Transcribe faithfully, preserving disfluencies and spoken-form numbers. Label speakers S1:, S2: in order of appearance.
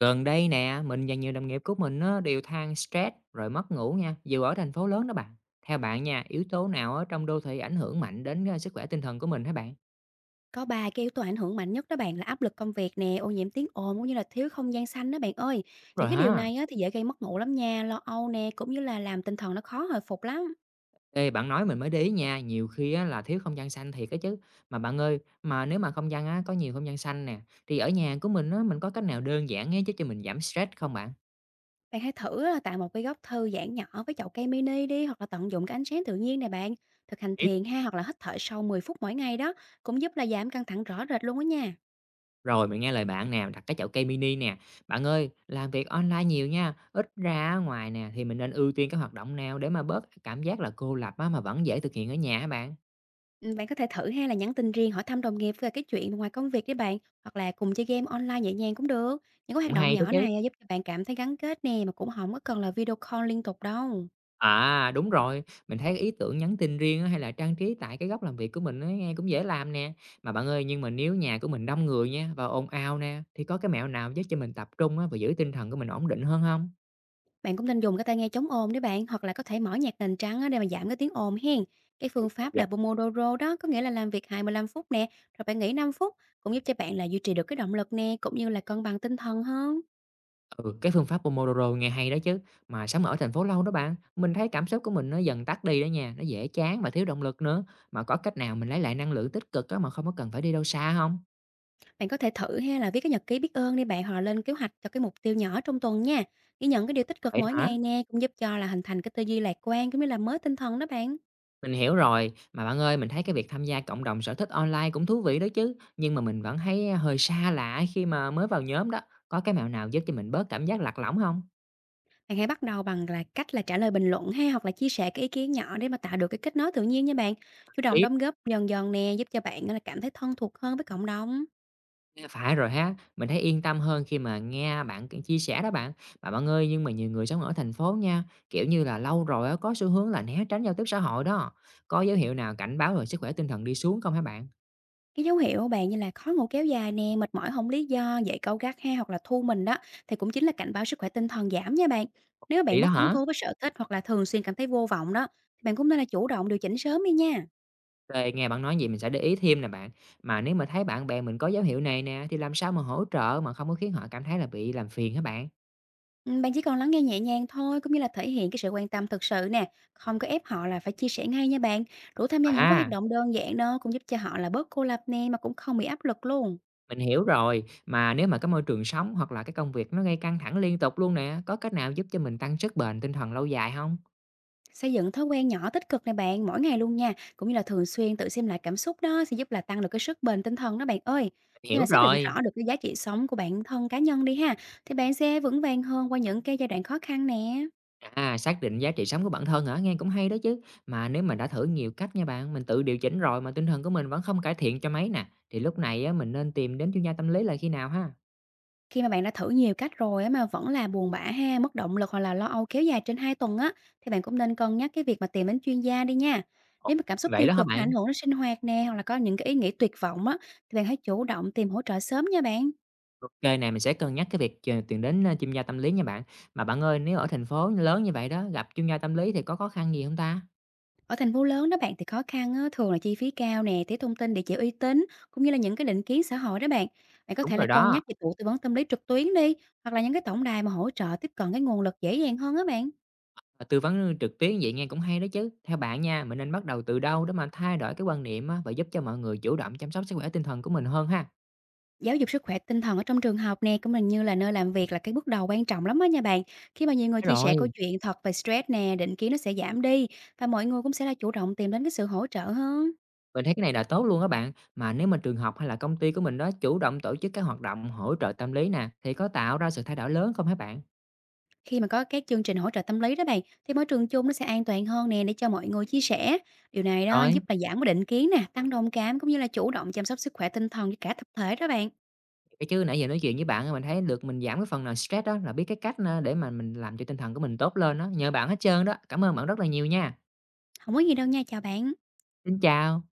S1: Gần đây nè, mình và nhiều đồng nghiệp của mình á, đều than stress rồi mất ngủ nha, dù ở thành phố lớn đó bạn. Theo bạn nha, yếu tố nào ở trong đô thị ảnh hưởng mạnh đến ờ, sức khỏe tinh thần của mình hả bạn?
S2: Có ba cái yếu tố ảnh hưởng mạnh nhất đó bạn là áp lực công việc nè, ô nhiễm tiếng ồn cũng như là thiếu không gian xanh đó bạn ơi.
S1: Rồi
S2: Những cái điều
S1: ha.
S2: này á, thì dễ gây mất ngủ lắm nha, lo âu nè, cũng như là làm tinh thần nó khó hồi phục lắm.
S1: Ê, bạn nói mình mới để ý nha, nhiều khi á, là thiếu không gian xanh thiệt á chứ. Mà bạn ơi, mà nếu mà không gian á, có nhiều không gian xanh nè, thì ở nhà của mình á, mình có cách nào đơn giản á, chứ cho mình giảm stress không bạn?
S2: Bạn hãy thử á, tạo một cái góc thư giãn nhỏ với chậu cây mini đi, hoặc là tận dụng cái ánh sáng tự nhiên nè bạn. Thực hành thiền ha, hoặc là hít thở sâu mười phút mỗi ngày đó, cũng giúp là giảm căng thẳng rõ rệt luôn đó nha.
S1: Rồi mình nghe lời bạn nè, đặt cái chậu cây mini nè. Bạn ơi, làm việc online nhiều nha, ít ra á ngoài nè thì mình nên ưu tiên cái hoạt động nào để mà bớt cảm giác là cô lập á, mà vẫn dễ thực hiện ở nhà hả bạn?
S2: Ừm, bạn có thể thử hay là nhắn tin riêng hỏi thăm đồng nghiệp về cái chuyện ngoài công việc đi bạn, hoặc là cùng chơi game online nhẹ nhàng cũng được. Những cái hoạt
S1: Cũng
S2: động
S1: hay đó
S2: nhỏ
S1: chứ.
S2: này giúp cho bạn cảm thấy gắn kết nè, mà cũng không có cần là video call liên tục đâu.
S1: À, đúng rồi, mình thấy cái ý tưởng nhắn tin riêng á, hay là trang trí tại cái góc làm việc của mình á, nghe cũng dễ làm nè. Mà bạn ơi, nhưng mà nếu nhà của mình đông người nha và ồn ào nè, thì có cái mẹo nào giúp cho mình tập trung á, và giữ tinh thần của mình ổn định hơn không?
S2: Bạn cũng nên dùng cái tai nghe chống ồn đấy bạn, hoặc là có thể mở nhạc nền trắng á, để mà giảm cái tiếng ồn hen. Cái phương pháp là Pomodoro đó, có nghĩa là làm việc hai mươi lăm phút nè, rồi bạn nghỉ năm phút, cũng giúp cho bạn là duy trì được cái động lực nè, cũng như là cân bằng tinh thần hơn.
S1: Ừ, cái phương pháp Pomodoro nghe hay đó chứ, mà sống ở thành phố lâu đó bạn, mình thấy cảm xúc của mình nó dần tắt đi đó nha, nó dễ chán và thiếu động lực nữa. Mà có cách nào mình lấy lại năng lượng tích cực đó mà không có cần phải đi đâu xa không?
S2: Bạn có thể thử ha, là viết cái nhật ký biết ơn đi bạn, hoặc là lên kế hoạch cho cái mục tiêu nhỏ trong tuần nha. Ghi nhận cái điều tích cực
S1: Vậy
S2: mỗi
S1: hả?
S2: ngày nè, cũng giúp cho là hình thành cái tư duy lạc quan, cũng như là mới tinh thần đó bạn.
S1: Mình hiểu rồi, mà bạn ơi, mình thấy cái việc tham gia cộng đồng sở thích online cũng thú vị đó chứ, nhưng mà mình vẫn thấy hơi xa lạ khi mà mới vào nhóm đó. Có cái mẹo nào giúp cho mình bớt cảm giác lạc lõng không?
S2: Bạn hãy bắt đầu bằng là cách là trả lời bình luận ha, hoặc là chia sẻ cái ý kiến nhỏ, để mà tạo được cái kết nối tự nhiên nha bạn. Chủ động
S1: Lý.
S2: đóng góp dần dần nè, giúp cho bạn là cảm thấy thân thuộc hơn với cộng đồng.
S1: À, phải rồi ha, mình thấy yên tâm hơn khi mà nghe bạn k chia sẻ đó bạn. Mà bạn ơi, nhưng mà nhiều người sống ở thành phố nha, kiểu như là, lâu rồi á, có xu hướng là né tránh giao tiếp xã hội đó. Có dấu hiệu nào cảnh báo về sức khỏe tinh thần đi xuống không hả bạn?
S2: Cái dấu hiệu á bạn, như là khó ngủ kéo dài nè, mệt mỏi không lý do, dậy cáu gắt hay hoặc là thu mình đó, thì cũng chính là cảnh báo sức khỏe tinh thần giảm nha bạn. Nếu
S1: Vậy
S2: bạn
S1: đó
S2: mất hứng
S1: hả?
S2: thú với sở thích, hoặc là thường xuyên cảm thấy vô vọng đó, thì bạn cũng nên là chủ động điều chỉnh sớm đi nha.
S1: Rồi, nghe bạn nói gì mình sẽ để ý thêm nè bạn. Mà nếu mà thấy bạn bè mình có dấu hiệu này nè, thì làm sao mà hỗ trợ mà không có khiến họ cảm thấy là bị làm phiền hả bạn?
S2: Ừm, bạn chỉ còn lắng nghe nhẹ nhàng thôi, cũng như là thể hiện cái sự quan tâm thực sự nè, không có ép họ là phải chia sẻ ngay nha bạn. Rủ tham gia những cái hoạt
S1: À,
S2: động đơn giản đó, cũng giúp cho họ là bớt cô lập nè, mà cũng không bị áp lực luôn.
S1: mình hiểu rồi. Mà nếu mà cái môi trường sống hoặc là cái công việc nó gây căng thẳng liên tục luôn nè, có cách nào giúp cho mình tăng sức bền tinh thần lâu dài không
S2: Xây dựng thói quen nhỏ tích cực này bạn, mỗi ngày luôn nha, cũng như là thường xuyên tự xem lại cảm xúc đó, sẽ giúp là tăng được cái sức bền tinh thần đó bạn ơi. Khi
S1: hiểu
S2: mà xác định
S1: rồi.
S2: rõ được cái giá trị sống của bản thân cá nhân đi ha, thì bạn sẽ vững vàng hơn qua những cái giai đoạn khó khăn nè.
S1: À, xác định giá trị sống của bản thân hả? Nghe cũng hay đó chứ. Mà nếu mà đã thử nhiều cách nha bạn, mình tự điều chỉnh rồi mà tinh thần của mình vẫn không cải thiện cho mấy nè, thì lúc này á, mình nên tìm đến chuyên gia tâm lý là khi nào ha?
S2: Khi mà bạn đã thử nhiều cách rồi á, mà vẫn là buồn bã ha, mất động lực, hoặc là lo âu kéo dài trên hai tuần á, thì bạn cũng nên cân nhắc cái việc mà tìm đến chuyên gia đi nha.
S1: Ồ,
S2: Nếu mà cảm xúc
S1: vậy
S2: tiêu
S1: đó hả
S2: cực nó
S1: bạn?
S2: ảnh hưởng đến sinh hoạt nè, hoặc là có những cái ý nghĩ tuyệt vọng á, thì bạn hãy chủ động tìm hỗ trợ sớm nha bạn.
S1: Ok này mình sẽ cân nhắc cái việc chờ- tìm đến ờ, chuyên gia tâm lý nha bạn. Mà bạn ơi, nếu ở thành phố lớn như vậy đó, gặp chuyên gia tâm lý thì có khó khăn gì không ta?
S2: Ở thành phố lớn đó bạn, thì khó khăn á, thường là chi phí cao nè, thiếu thông tin địa chỉ uy tín, cũng như là những cái định kiến xã hội đó bạn. Bạn có
S1: Đúng
S2: thể là
S1: rồi
S2: cân
S1: đó.
S2: nhắc dịch vụ tư vấn tâm lý trực tuyến đi, hoặc là những cái tổng đài mà hỗ trợ tiếp cận cái nguồn lực dễ dàng hơn á bạn.
S1: Mà tư vấn trực tuyến vậy nghe cũng hay đó chứ. Theo bạn nha, mình nên bắt đầu từ đâu để mà thay đổi cái quan niệm á, và giúp cho mọi người chủ động chăm sóc sức khỏe tinh thần của mình hơn ha?
S2: Giáo dục sức khỏe tinh thần ở trong trường học nè, cũng hình như là nơi làm việc, là cái bước đầu quan trọng lắm á nha bạn. Khi mà nhiều người
S1: Thế
S2: chia sẻ câu
S1: rồi.
S2: chuyện thật về stress nè, định kiến nó sẽ giảm đi, và mọi người cũng sẽ là chủ động tìm đến cái sự hỗ trợ hơn.
S1: Mình thấy cái này là tốt luôn các bạn, mà nếu mà trường học hay là công ty của mình đó chủ động tổ chức các hoạt động hỗ trợ tâm lý nè, thì có tạo ra sự thay đổi lớn không hả bạn?
S2: Khi mà có các chương trình hỗ trợ tâm lý đó bạn, thì môi trường chung nó sẽ an toàn hơn nè, để cho mọi người chia sẻ. Điều này đó
S1: Rồi,
S2: giúp là giảm cái định kiến nè, tăng đồng cảm, cũng như là chủ động chăm sóc sức khỏe tinh thần cho cả tập thể đó bạn.
S1: cái chứ nãy giờ nói chuyện với bạn á, mình thấy được mình giảm cái phần nào stress đó là biết cái cách, a, để mà mình làm cho tinh thần của mình tốt lên đó nhờ bạn hết trơn đó. Cảm ơn bạn rất là nhiều nha.
S2: Không có gì đâu nha, chào bạn.
S1: Xin chào.